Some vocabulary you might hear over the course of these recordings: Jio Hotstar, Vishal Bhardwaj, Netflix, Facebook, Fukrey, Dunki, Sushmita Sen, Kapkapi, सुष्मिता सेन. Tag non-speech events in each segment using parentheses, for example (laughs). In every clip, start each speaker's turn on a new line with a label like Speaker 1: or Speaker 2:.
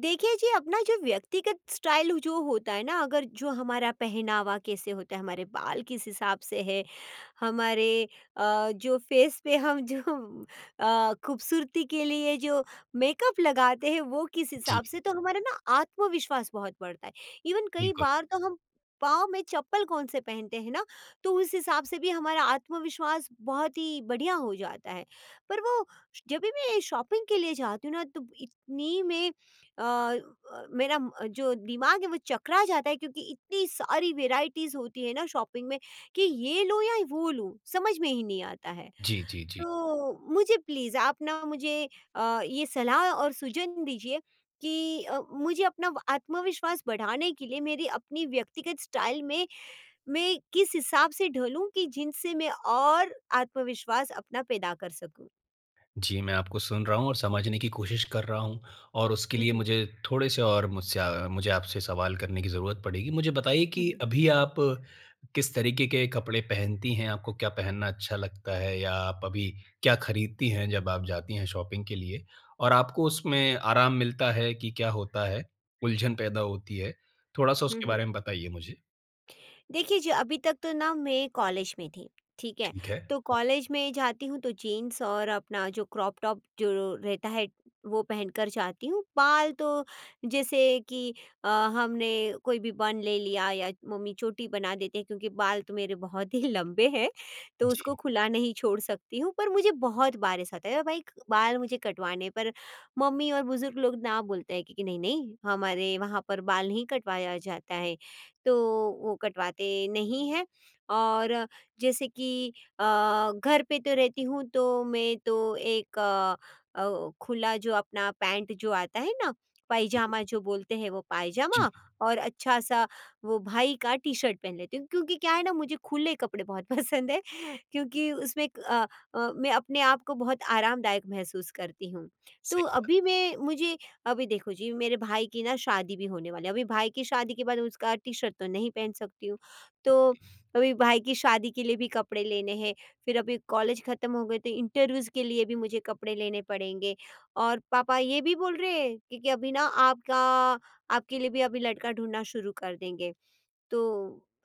Speaker 1: देखिए जी, अपना जो व्यक्तिगत style जो होता है ना, अगर जो हमारा पहनावा कैसे होता है, हमारे बाल किस हिसाब से है, हमारे जो फेस पे हम जो खूबसूरती के लिए जो मेकअप लगाते हैं वो किस
Speaker 2: जी,
Speaker 1: हिसाब से, तो हमारा ना आत्मविश्वास बहुत बढ़ता है। इवन कई
Speaker 2: बिल्कुल।
Speaker 1: बार तो हम पाँव में चप्पल कौन से पहनते हैं ना, तो उस हिसाब से भी हमारा आत्मविश्वास बहुत ही बढ़िया हो जाता है। पर वो जब भी मैं शॉपिंग के लिए जाती हूँ ना, तो इतनी मैं अ, जो दिमाग है वो चकरा जाता है, क्योंकि इतनी सारी वेराइटीज होती है ना शॉपिंग में कि ये लूं या वो लूं समझ में ही नहीं आता है।
Speaker 2: जी, जी, जी।
Speaker 1: तो मुझे प्लीज आप ना मुझे ये सलाह और सुजन दीजिए कि मुझे अपना आत्मविश्वास बढ़ाने के लिए मेरी अपनी व्यक्तिगत स्टाइल में मैं किस हिसाब से ढलूं कि जिनसे मैं और आत्मविश्वास अपना पैदा कर सकूं।
Speaker 2: जी, मैं आपको सुन रहा हूँ और समझने की कोशिश कर रहा हूँ और उसके
Speaker 1: हम्म
Speaker 2: लिए
Speaker 1: हम्म
Speaker 2: मुझे थोड़े-से और मुझसे मुझे आपसे सवाल करने की ज़रूरत पड़ेगी। मुझे बताइए कि
Speaker 1: हम्म
Speaker 2: अभी आप किस तरीके के कपड़े पहनती हैं? आपको क्या पहनना अच्छा लगता है या आप अभी क्या खरीदती हैं जब आप जाती हैं शॉपिंग के लिए? और आपको उसमें आराम मिलता है कि क्या होता है? उलझन पैदा होती है? थोड़ा-सा
Speaker 1: हम्म,
Speaker 2: उसके
Speaker 1: हम्म।
Speaker 2: बारे में बताइए मुझे।
Speaker 1: देखिए जी, अभी तक तो ना मैं कॉलेज में थी, ठीक है?
Speaker 2: ठीक है।
Speaker 1: तो
Speaker 2: हाँ।
Speaker 1: कॉलेज में जाती हूँ तो जीन्स और अपना जो क्रॉप टॉप जो रहता है वो पहनकर जाती हूँ। बाल तो जैसे कि हमने कोई भी बन ले लिया या मम्मी चोटी बना देते हैं, क्योंकि बाल तो मेरे बहुत ही लंबे हैं, तो
Speaker 2: जी,
Speaker 1: उसको खुला नहीं छोड़ सकती हूँ। पर मुझे बहुत बार ऐसा होता है, "अरे भाई, बाल मुझे कटवाने पर मम्मी और बुजुर्ग लोग ना बोलते हैं कि, नहीं नहीं, हमारे वहाँ पर बाल नहीं कटवाया जाता है।" तो वो कटवाते नहीं हैं। और जैसे कि अ, घर पे तो रहती हूँ तो मैं तो एक खुला जो अपना पैंट जो आता है ना, पायजामा जो बोलते हैं, वो
Speaker 2: जी।
Speaker 1: पायजामा और अच्छा सा वो भाई का टी शर्ट पहन लेती हूँ, क्योंकि क्या है ना, मुझे खुले कपड़े बहुत (laughs) पसंद है, क्योंकि उसमें एक, मैं अपने आप को बहुत आरामदायक महसूस करती हूँ। तो
Speaker 2: सही बात।
Speaker 1: अभी मैं मुझे, अभी देखो जी, मेरे भाई की ना शादी भी होने वाली है, अभी भाई की शादी के बाद उसका टी शर्ट तो नहीं पहन सकती हूँ। तो अभी भाई की शादी के लिए भी कपड़े लेने हैं, फिर अभी कॉलेज ख़त्म हो गए तो इंटरव्यूज़ के लिए भी मुझे कपड़े लेने पड़ेंगे। और पापा ये भी बोल रहे हैं कि अभी ना आपका आपके लिए भी अभी लड़का ढूंढना शुरू कर देंगे। तो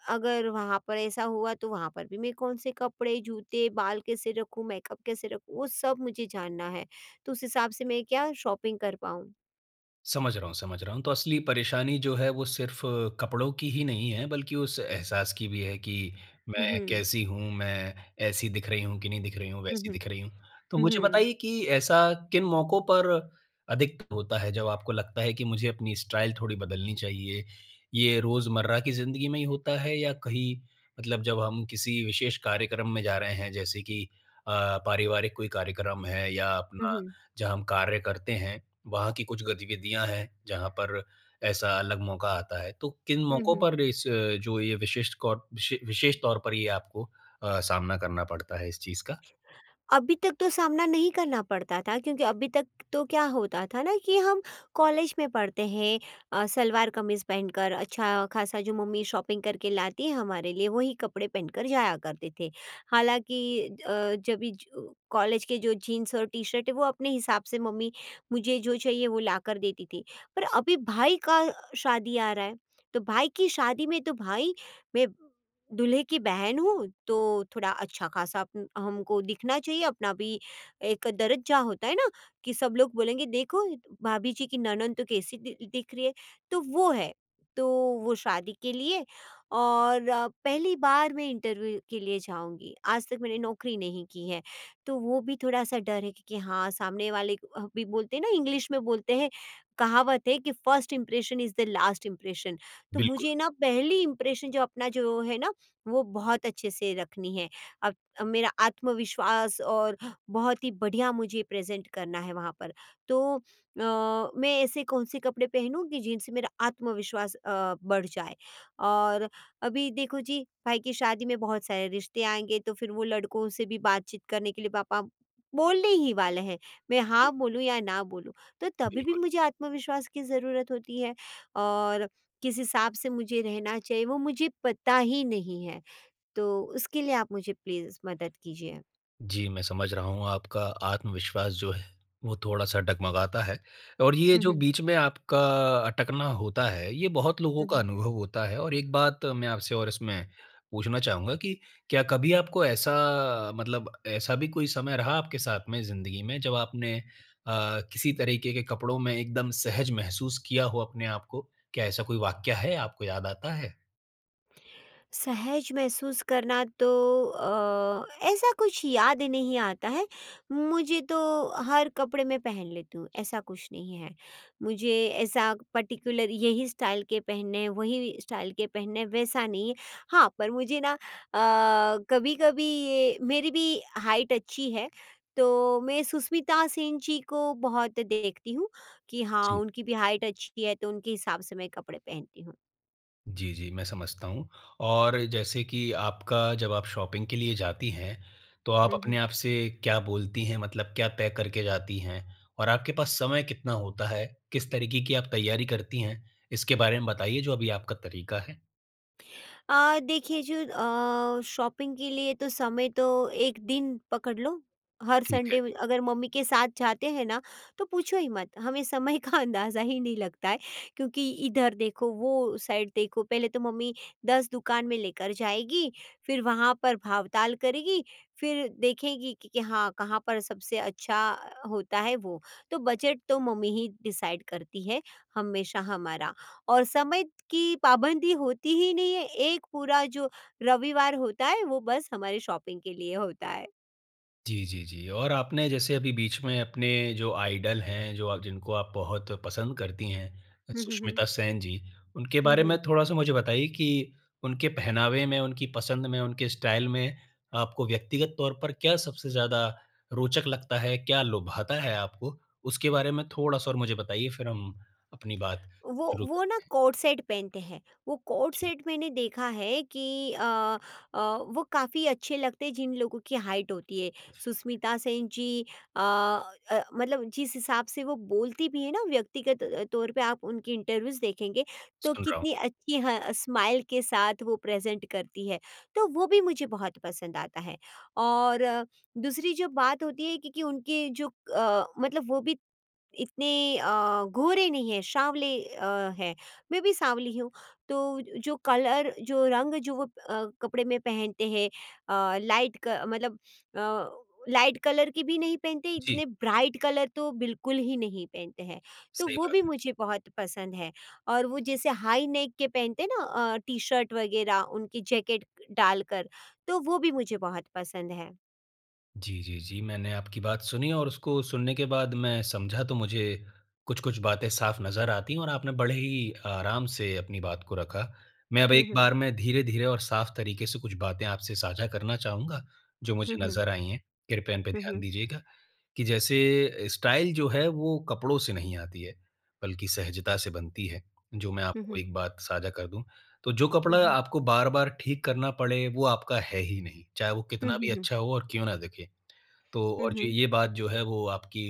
Speaker 1: अगर वहां पर ऐसा हुआ तो वहां पर भी मैं कौन से कपड़े, जूते, बाल कैसे रखूं, मेकअप कैसे रखूं वो सब मुझे जानना है। तो उस हिसाब से मैं क्या शॉपिंग कर पाऊं।
Speaker 2: समझ रहा हूँ, समझ रहा हूँ। तो असली परेशानी जो है वो सिर्फ़ कपड़ों की ही नहीं है बल्कि उस एहसास की भी है कि
Speaker 1: हुँ,
Speaker 2: मैं
Speaker 1: हुँ,
Speaker 2: कैसी हूँ, मैं ऐसी दिख रही हूँ कि नहीं दिख रही हूँ, वैसी
Speaker 1: हुँ,
Speaker 2: दिख रही हूँ। तो मुझे
Speaker 1: उहुँ,
Speaker 2: बताइए कि ऐसा किन मौकों पर अधिक होता है जब आपको लगता है कि मुझे अपनी स्टाइल थोड़ी बदलनी चाहिए? ये रोज़मर्रा की ज़िंदगी में ही होता है या कहीं मतलब जब हम किसी विशेष कार्यक्रम में जा रहे हैं जैसे कि अ, पारिवारिक कोई कार्यक्रम है या अपना
Speaker 1: उहुँ,
Speaker 2: जहाँ हम कार्य करते हैं वहाँ की कुछ गतिविधियाँ हैं, जहाँ पर ऐसा अलग मौका आता है। तो किन मौकों
Speaker 1: उहुँ।
Speaker 2: पर इस जो ये विशिष्ट कौर विशे विशेष तौर पर ये आपको सामना करना पड़ता है इस चीज़ का?
Speaker 1: अभी तक तो सामना नहीं करना पड़ता था, क्योंकि अभी तक तो क्या होता था ना कि हम कॉलेज में पढ़ते हैं, सलवार कमीज़ पहनकर, अच्छा ख़ासा जो मम्मी शॉपिंग करके लाती है हमारे लिए वही कपड़े पहनकर जाया करते थे। हालाँकि अ, जब भी ज कॉलेज के जो जीन्स और टी-शर्ट है वो अपने हिसाब से मम्मी मुझे जो चाहिए वो लाकर देती थी। पर अभी भाई का शादी आ रहा है, तो भाई की शादी में तो भाई, मैं दूल्हे की बहन हूँ, तो थोड़ा अच्छा-खासा अपन हमको दिखना चाहिए, अपना भी एक दरज़्जा होता है ना, कि सब लोग बोलेंगे, "देखो, भाभी जी की ननद तो कैसी दि दिख रही है।" तो वो है, तो वो शादी के लिए। और पहली बार मैं इंटरव्यू के लिए जाऊँगी। आज तक मैंने नौकरी नहीं की है, तो वो भी थोड़ा-सा डर है कि, हाँ, सामने वाले भी बोलते हैं ना, इंग्लिश में बोलते हैं, कहावत है कि, "first impression is the last impression." तो
Speaker 2: बिल्कुल।
Speaker 1: मुझे ना पहली इंप्रेशन जो अपना जो है ना, वो बहुत अच्छे से रखनी है। अब अब मेरा आत्मविश्वास और बहुत ही बढ़िया मुझे प्रेज़ेंट करना है वहाँ पर। तो मैं ऐसे कौन-से कपड़े पहनूँ कि जिनसे मेरा आत्मविश्वास बढ़ जाए। और अभी देखो जी, भाई की शादी में बहुत सारे रिश्ते आएँगे, तो फिर वो लड़कों से भी बातचीत करने के लिए पापा बोलने ही वाले हैं। मैं
Speaker 2: जी,
Speaker 1: हाँ बोलूँ या ना बोलूँ, तो तभी भी
Speaker 2: बिल्कुल।
Speaker 1: मुझे आत्मविश्वास की ज़रूरत होती है। और किस हिसाब से मुझे रहना चाहिए वो मुझे पता ही नहीं है। तो उसके लिए आप मुझे प्लीज़ मदद कीजिए।
Speaker 2: जी, मैं समझ रहा हूँ आपका आत्मविश्वास जो है, वो थोड़ा-सा डगमगाता है और
Speaker 1: (laughs)
Speaker 2: ये
Speaker 1: हुँ,
Speaker 2: जो
Speaker 1: हुँ।
Speaker 2: बीच में आपका अटकना होता है, ये बहुत लोगों
Speaker 1: हुँ,
Speaker 2: का
Speaker 1: हुँ।
Speaker 2: अनुभव होता है और एक बात मैं आपसे और इसमें पूछना चाहूँगा कि क्या कभी आपको ऐसा मतलब ऐसा भी कोई समय रहा आपके साथ में ज़िंदगी में जब आपने किसी तरीके के कपड़ों में एकदम सहज महसूस किया हो अपने आप को? क्या ऐसा कोई वाक़या है, आपको याद आता है?
Speaker 1: सहज महसूस करना तो ऐसा कुछ याद नहीं आता है। मुझे तो हर कपड़े में पहन लेती हूँ, ऐसा कुछ नहीं है। मुझे ऐसा पर्टिकुलर यही स्टाइल के पहनने हैं, वही स्टाइल के पहनने हैं, वैसा नहीं है। हाँ, पर मुझे ना कभी-कभी ये, मेरी भी हाइट अच्छी है, तो मैं सुष्मिता सेन जी को बहुत देखती हूँ कि हाँ,
Speaker 2: जी।
Speaker 1: उनकी भी हाइट अच्छी है, तो उनके हिसाब से मैं कपड़े पहनती हूँ।
Speaker 2: जी, जी, मैं समझता हूँ और जैसे कि आपका जब आप शॉपिंग के लिए जाती हैं, तो
Speaker 1: (laughs)
Speaker 2: आप
Speaker 1: हुँ,
Speaker 2: अपने
Speaker 1: हुँ।
Speaker 2: आप से क्या बोलती हैं? मतलब क्या तय करके जाती हैं? और आपके पास समय कितना होता है? किस तरीके की आप तैयारी करती हैं? इसके बारे में बताइए जो अभी आपका तरीका है।
Speaker 1: देखिए जो शॉपिंग के लिए तो समय तो 1 दिन पकड़ लो, हर
Speaker 2: ठीक है।
Speaker 1: संडे में अगर मम्मी के साथ जाते हैं ना, तो पूछो ही मत, हमें समय का अंदाज़ा ही नहीं लगता है, क्योंकि इधर देखो, वो साइड देखो, पहले तो मम्मी 10 दुकान में लेकर जाएगी, फिर वहाँ पर भाव-ताल करेगी, फिर देखेगी कि, हाँ, कहाँ पर सबसे अच्छा होता है वो। तो बजट तो मम्मी ही डिसाइड करती है हमेशा हमारा। और समय की पाबंदी होती ही नहीं है, एक पूरा जो रविवार होता है वो बस हमारे शॉपिंग के लिए होता है।
Speaker 2: जी, जी, जी। और आपने जैसे अभी बीच में अपने जो आइडल हैं, जो आप जिनको आप बहुत पसंद करती हैं,
Speaker 1: हुँ, हुँ, हुँ।
Speaker 2: सुष्मिता सेन जी, उनके
Speaker 1: हुँ,
Speaker 2: बारे में
Speaker 1: हुँ।
Speaker 2: थोड़ा-सा मुझे बताइए कि उनके पहनावे में, उनकी पसंद में, उनके स्टाइल में आपको व्यक्तिगत तौर पर क्या सबसे ज़्यादा रोचक लगता है? क्या लुभाता है आपको? उसके बारे में थोड़ा-सा और मुझे बताइए, फिर हम अपनी बात शुरू
Speaker 1: वो ना
Speaker 2: करते हैं।
Speaker 1: कोट सेट पहनते हैं, वो कोट
Speaker 2: जी,
Speaker 1: सेट मैंने देखा है कि वो काफ़ी अच्छे लगते हैं जिन लोगों की हाइट होती है, सुष्मिता सेन जी, मतलब जिस हिसाब से वो बोलती भी है ना, व्यक्तिगत तौर पे आप उनकी इंटरव्यूज देखेंगे तो
Speaker 2: सुन रहा हूँ।
Speaker 1: कितनी अच्छी स्माइल के साथ वो प्रेजेंट करती है, तो वो भी मुझे बहुत पसंद आता है। और दूसरी जो बात होती है कि, उनके जो मतलब वो भी इतने गोरे नहीं हैं, साँवले हैं। मैं भी साँवली हूँ, तो जो कलर, जो रंग जो वो कपड़े में पहनते हैं, अ, लाइट क मतलब अ, लाइट कलर के भी नहीं पहनते,
Speaker 2: जी,
Speaker 1: इतने ब्राइट कलर तो बिल्कुल ही नहीं पहनते हैं। तो
Speaker 2: सही
Speaker 1: वो भी
Speaker 2: बात है।
Speaker 1: मुझे बहुत पसंद है। और वो जैसे हाई नेक के पहनते हैं ना, टी-शर्ट वगैरह, उनकी जैकेट डालकर, तो वो भी मुझे बहुत पसंद है।
Speaker 2: जी, जी, जी। मैंने आपकी बात सुनी और उसको सुनने के बाद मैं समझा तो मुझे कुछ-कुछ बातें साफ़ नज़र आती हैं और आपने बड़े ही आराम से अपनी बात को रखा। मैं अब
Speaker 1: हुँ,
Speaker 2: एक
Speaker 1: हुँ।
Speaker 2: बार में धीरे-धीरे और साफ़ तरीके से कुछ बातें आपसे साझा करना चाहूँगा, जो मुझे
Speaker 1: हुँ, हुँ।
Speaker 2: नज़र आई हैं। कृपया इन पे
Speaker 1: हुँ,
Speaker 2: ध्यान
Speaker 1: हुँ।
Speaker 2: दीजिएगा कि जैसे स्टाइल जो है वो कपड़ों से नहीं आती है, बल्कि सहजता से बनती है, जो मैं
Speaker 1: हुँ,
Speaker 2: आपको
Speaker 1: हुँ।
Speaker 2: एक बात साझा कर दूँ। तो जो
Speaker 1: हुँ,
Speaker 2: कपड़ा
Speaker 1: हुँ।
Speaker 2: आपको बार-बार ठीक करना पड़े, वो आपका है ही नहीं, चाहे वो
Speaker 1: हुँ,
Speaker 2: कितना
Speaker 1: हुँ,
Speaker 2: भी
Speaker 1: हुँ।
Speaker 2: अच्छा हो और क्यों ना दिखे। तो
Speaker 1: हुँ,
Speaker 2: और जो
Speaker 1: हुँ।
Speaker 2: ये बात जो है वो आपकी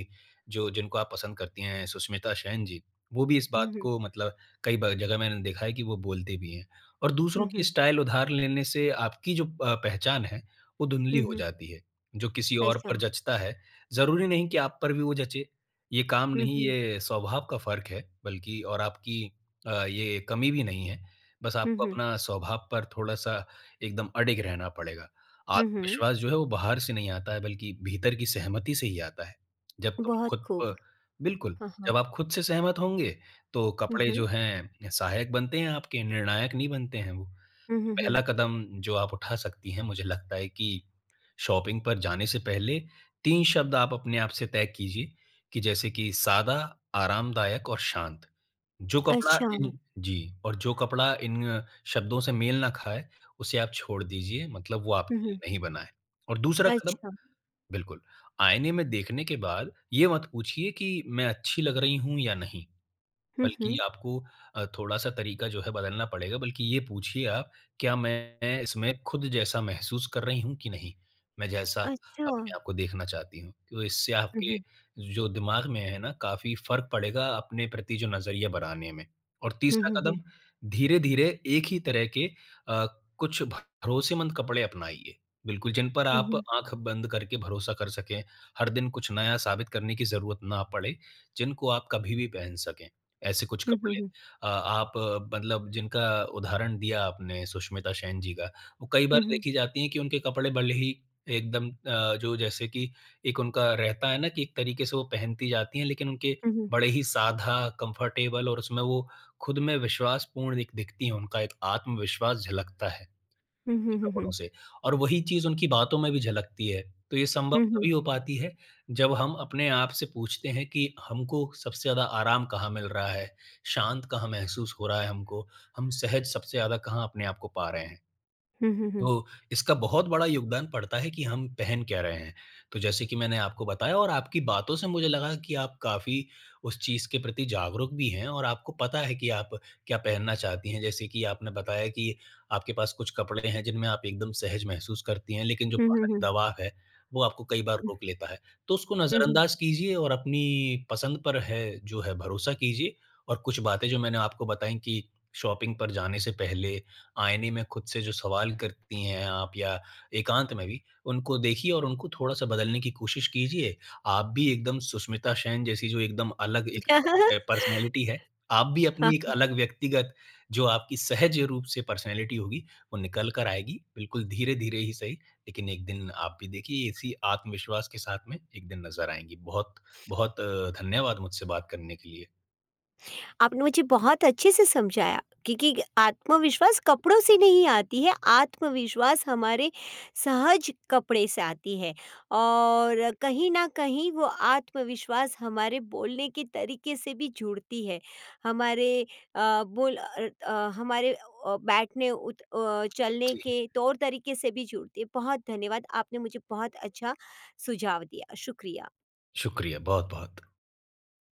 Speaker 2: जो जिनको आप पसंद करती हैं सुष्मिता सेन जी, वो भी इस बात
Speaker 1: हुँ, हुँ।
Speaker 2: को मतलब कई ब जगह मैंने देखा है कि वो बोलते भी हैं। और दूसरों
Speaker 1: हुँ,
Speaker 2: की
Speaker 1: हुँ।
Speaker 2: स्टाइल उधार लेने से आपकी पहचान है, वो धुंधली
Speaker 1: हुँ,
Speaker 2: हो
Speaker 1: हुँ।
Speaker 2: जाती है। जो किसी और
Speaker 1: अच्छा।
Speaker 2: पर जचता है, ज़रूरी नहीं कि आप पर भी वो जचे। ये काम
Speaker 1: हुँ,
Speaker 2: नहीं,
Speaker 1: हुँ।
Speaker 2: ये स्वभाव का फ़र्क है बल्कि और आपकी ये कमी भी नहीं है। बस
Speaker 1: हुँ,
Speaker 2: आपको
Speaker 1: हुँ।
Speaker 2: अपना स्वभाव पर थोड़ा-सा एकदम अडिग रहना पड़ेगा।
Speaker 1: हुँ, हुँ।
Speaker 2: आत्मविश्वास जो है वो बाहर से नहीं आता है बल्कि भीतर की सहमति से ही आता है। जब तुम
Speaker 1: बहुत
Speaker 2: खुद प
Speaker 1: खूब।
Speaker 2: बिल्कुल,
Speaker 1: हाँ,
Speaker 2: जब
Speaker 1: हाँ।
Speaker 2: आप खुद से सहमत होंगे तो
Speaker 1: हुँ,
Speaker 2: कपड़े
Speaker 1: हुँ।
Speaker 2: जो हैं सहायक बनते हैं आपके, निर्णायक नहीं बनते हैं वो।
Speaker 1: हुँ, हुँ,
Speaker 2: पहला
Speaker 1: हुँ।
Speaker 2: कदम जो आप उठा सकती हैं मुझे लगता है कि शॉपिंग पर जाने से पहले 3 शब्द आप अपने आप से तय कीजिए कि जैसे कि सादा, आरामदायक और शांत। जो कपड़ा
Speaker 1: अच्छा।
Speaker 2: इन जी और जो कपड़ा इन शब्दों से मेल ना खाए, उसे आप छोड़ दीजिए मतलब वो
Speaker 1: हुँ,
Speaker 2: आपके लिए
Speaker 1: हुँ।
Speaker 2: नहीं बना है। और दूसरा कदम
Speaker 1: अच्छा।
Speaker 2: बिल्कुल, आईने में देखने के बाद ये मत पूछिए कि मैं अच्छी लग रही हूँ या नहीं।
Speaker 1: हुँ,
Speaker 2: बल्कि
Speaker 1: हुँ।
Speaker 2: आपको थोड़ा-सा तरीका जो है बदलना पड़ेगा, बल्कि ये पूछिए आप, क्या मैं इसमें खुद जैसा महसूस कर रही हूँ कि नहीं? मैं जैसा
Speaker 1: अच्छा।
Speaker 2: अपने आप को देखना चाहती हूँ। तो इससे
Speaker 1: हुँ,
Speaker 2: आपके
Speaker 1: हुँ।
Speaker 2: जो दिमाग में है ना, काफ़ी फ़र्क पड़ेगा अपने प्रति जो नज़रिया बनाने में। और
Speaker 1: हुँ,
Speaker 2: तीसरा
Speaker 1: हुँ, हुँ।
Speaker 2: कदम, धीरे-धीरे एक ही तरह के अ, कुछ भरोसेमंद कपड़े अपनाइए। बिल्कुल, जिन पर
Speaker 1: हुँ,
Speaker 2: आप
Speaker 1: हुँ।
Speaker 2: आँख बंद करके भरोसा कर सकें, हर दिन कुछ नया साबित करने की ज़रूरत ना पड़े, जिनको आप कभी भी पहन सकें। ऐसे कुछ
Speaker 1: हुँ, हुँ,
Speaker 2: कपड़े
Speaker 1: हुँ।
Speaker 2: मतलब जिनका उदाहरण दिया आपने सुष्मिता सेन जी का, वो कई बार
Speaker 1: हुँ, हुँ।
Speaker 2: देखी जाती हैं कि उनके कपड़े भले ही एकदम जो जैसे कि एक उनका रहता है ना कि एक तरीके से वो पहनती जाती हैं, लेकिन उनके
Speaker 1: हुँ, हुँ।
Speaker 2: बड़े ही सादा, कंफर्टेबल और उसमें वो खुद में विश्वासपूर्ण एक दिखती हैं, उनका एक आत्मविश्वास झलकता है।
Speaker 1: हुँ,
Speaker 2: के
Speaker 1: हुँ, हुँ,
Speaker 2: कपड़ों
Speaker 1: हुँ।
Speaker 2: से और वही चीज़ उनकी बातों में भी झलकती है। तो ये संभव
Speaker 1: हुँ,
Speaker 2: तभी
Speaker 1: हुँ।
Speaker 2: हो पाती है जब हम अपने आप से पूछते हैं कि हमको सबसे ज़्यादा आराम कहाँ मिल रहा है? शांत कहाँ महसूस हो रहा है हमको? हम सहज सबसे ज़्यादा कहाँ अपने आप को पा रहे हैं?
Speaker 1: हुँ, हुँ, हुँ।
Speaker 2: तो इसका बहुत बड़ा योगदान पड़ता है कि हम पहन क्या रहे हैं। तो जैसे कि मैंने आपको बताया और आपकी बातों से मुझे लगा कि आप काफ़ी उस चीज़ के प्रति जागरूक भी हैं और आपको पता है कि आप क्या पहनना चाहती हैं। जैसे कि आपने बताया कि आपके पास कुछ कपड़े हैं जिनमें आप एकदम सहज महसूस करती हैं, लेकिन जो
Speaker 1: हुँ, हुँ,
Speaker 2: बाहरी
Speaker 1: हुँ।
Speaker 2: दबाव है, वो आपको कई बार रोक लेता है। तो उसको
Speaker 1: हुँ, हुँ, हुँ।
Speaker 2: नज़रअंदाज कीजिए और अपनी पसंद पर है जो है भरोसा कीजिए और कुछ बातें जो मैंने आपको बताई कि शॉपिंग पर जाने से पहले आईने में खुद से जो सवाल करती हैं आप या एकांत में भी, उनको देखिए और उनको थोड़ा-सा बदलने की कोशिश कीजिए। आप भी एकदम सुष्मिता सेन जैसी जो एकदम अलग एक
Speaker 1: (laughs)
Speaker 2: पर्सनैलिटी है, आप भी अपनी एक अलग व्यक्तिगत जो आपकी सहज रूप से पर्सनैलिटी होगी, वो निकल कर आएगी। बिल्कुल धीरे-धीरे ही सही, लेकिन एक दिन आप भी देखिए इसी आत्मविश्वास के साथ में एक दिन नज़र आएँगी। बहुत धन्यवाद मुझसे बात करने के लिए।
Speaker 1: आपने मुझे बहुत अच्छे से समझाया, क्योंकि आत्मविश्वास कपड़ों से नहीं आती है, आत्मविश्वास हमारे सहज कपड़े से आती है और कहीं न कहीं वो आत्मविश्वास हमारे बोलने के तरीके से भी जुड़ती है। हमारे हमारे चलने
Speaker 2: जी,
Speaker 1: के तौर तरीके से भी जुड़ती है। बहुत धन्यवाद, आपने मुझे बहुत अच्छा सुझाव दिया। शुक्रिया।
Speaker 2: शुक्रिया बहुत-बहुत।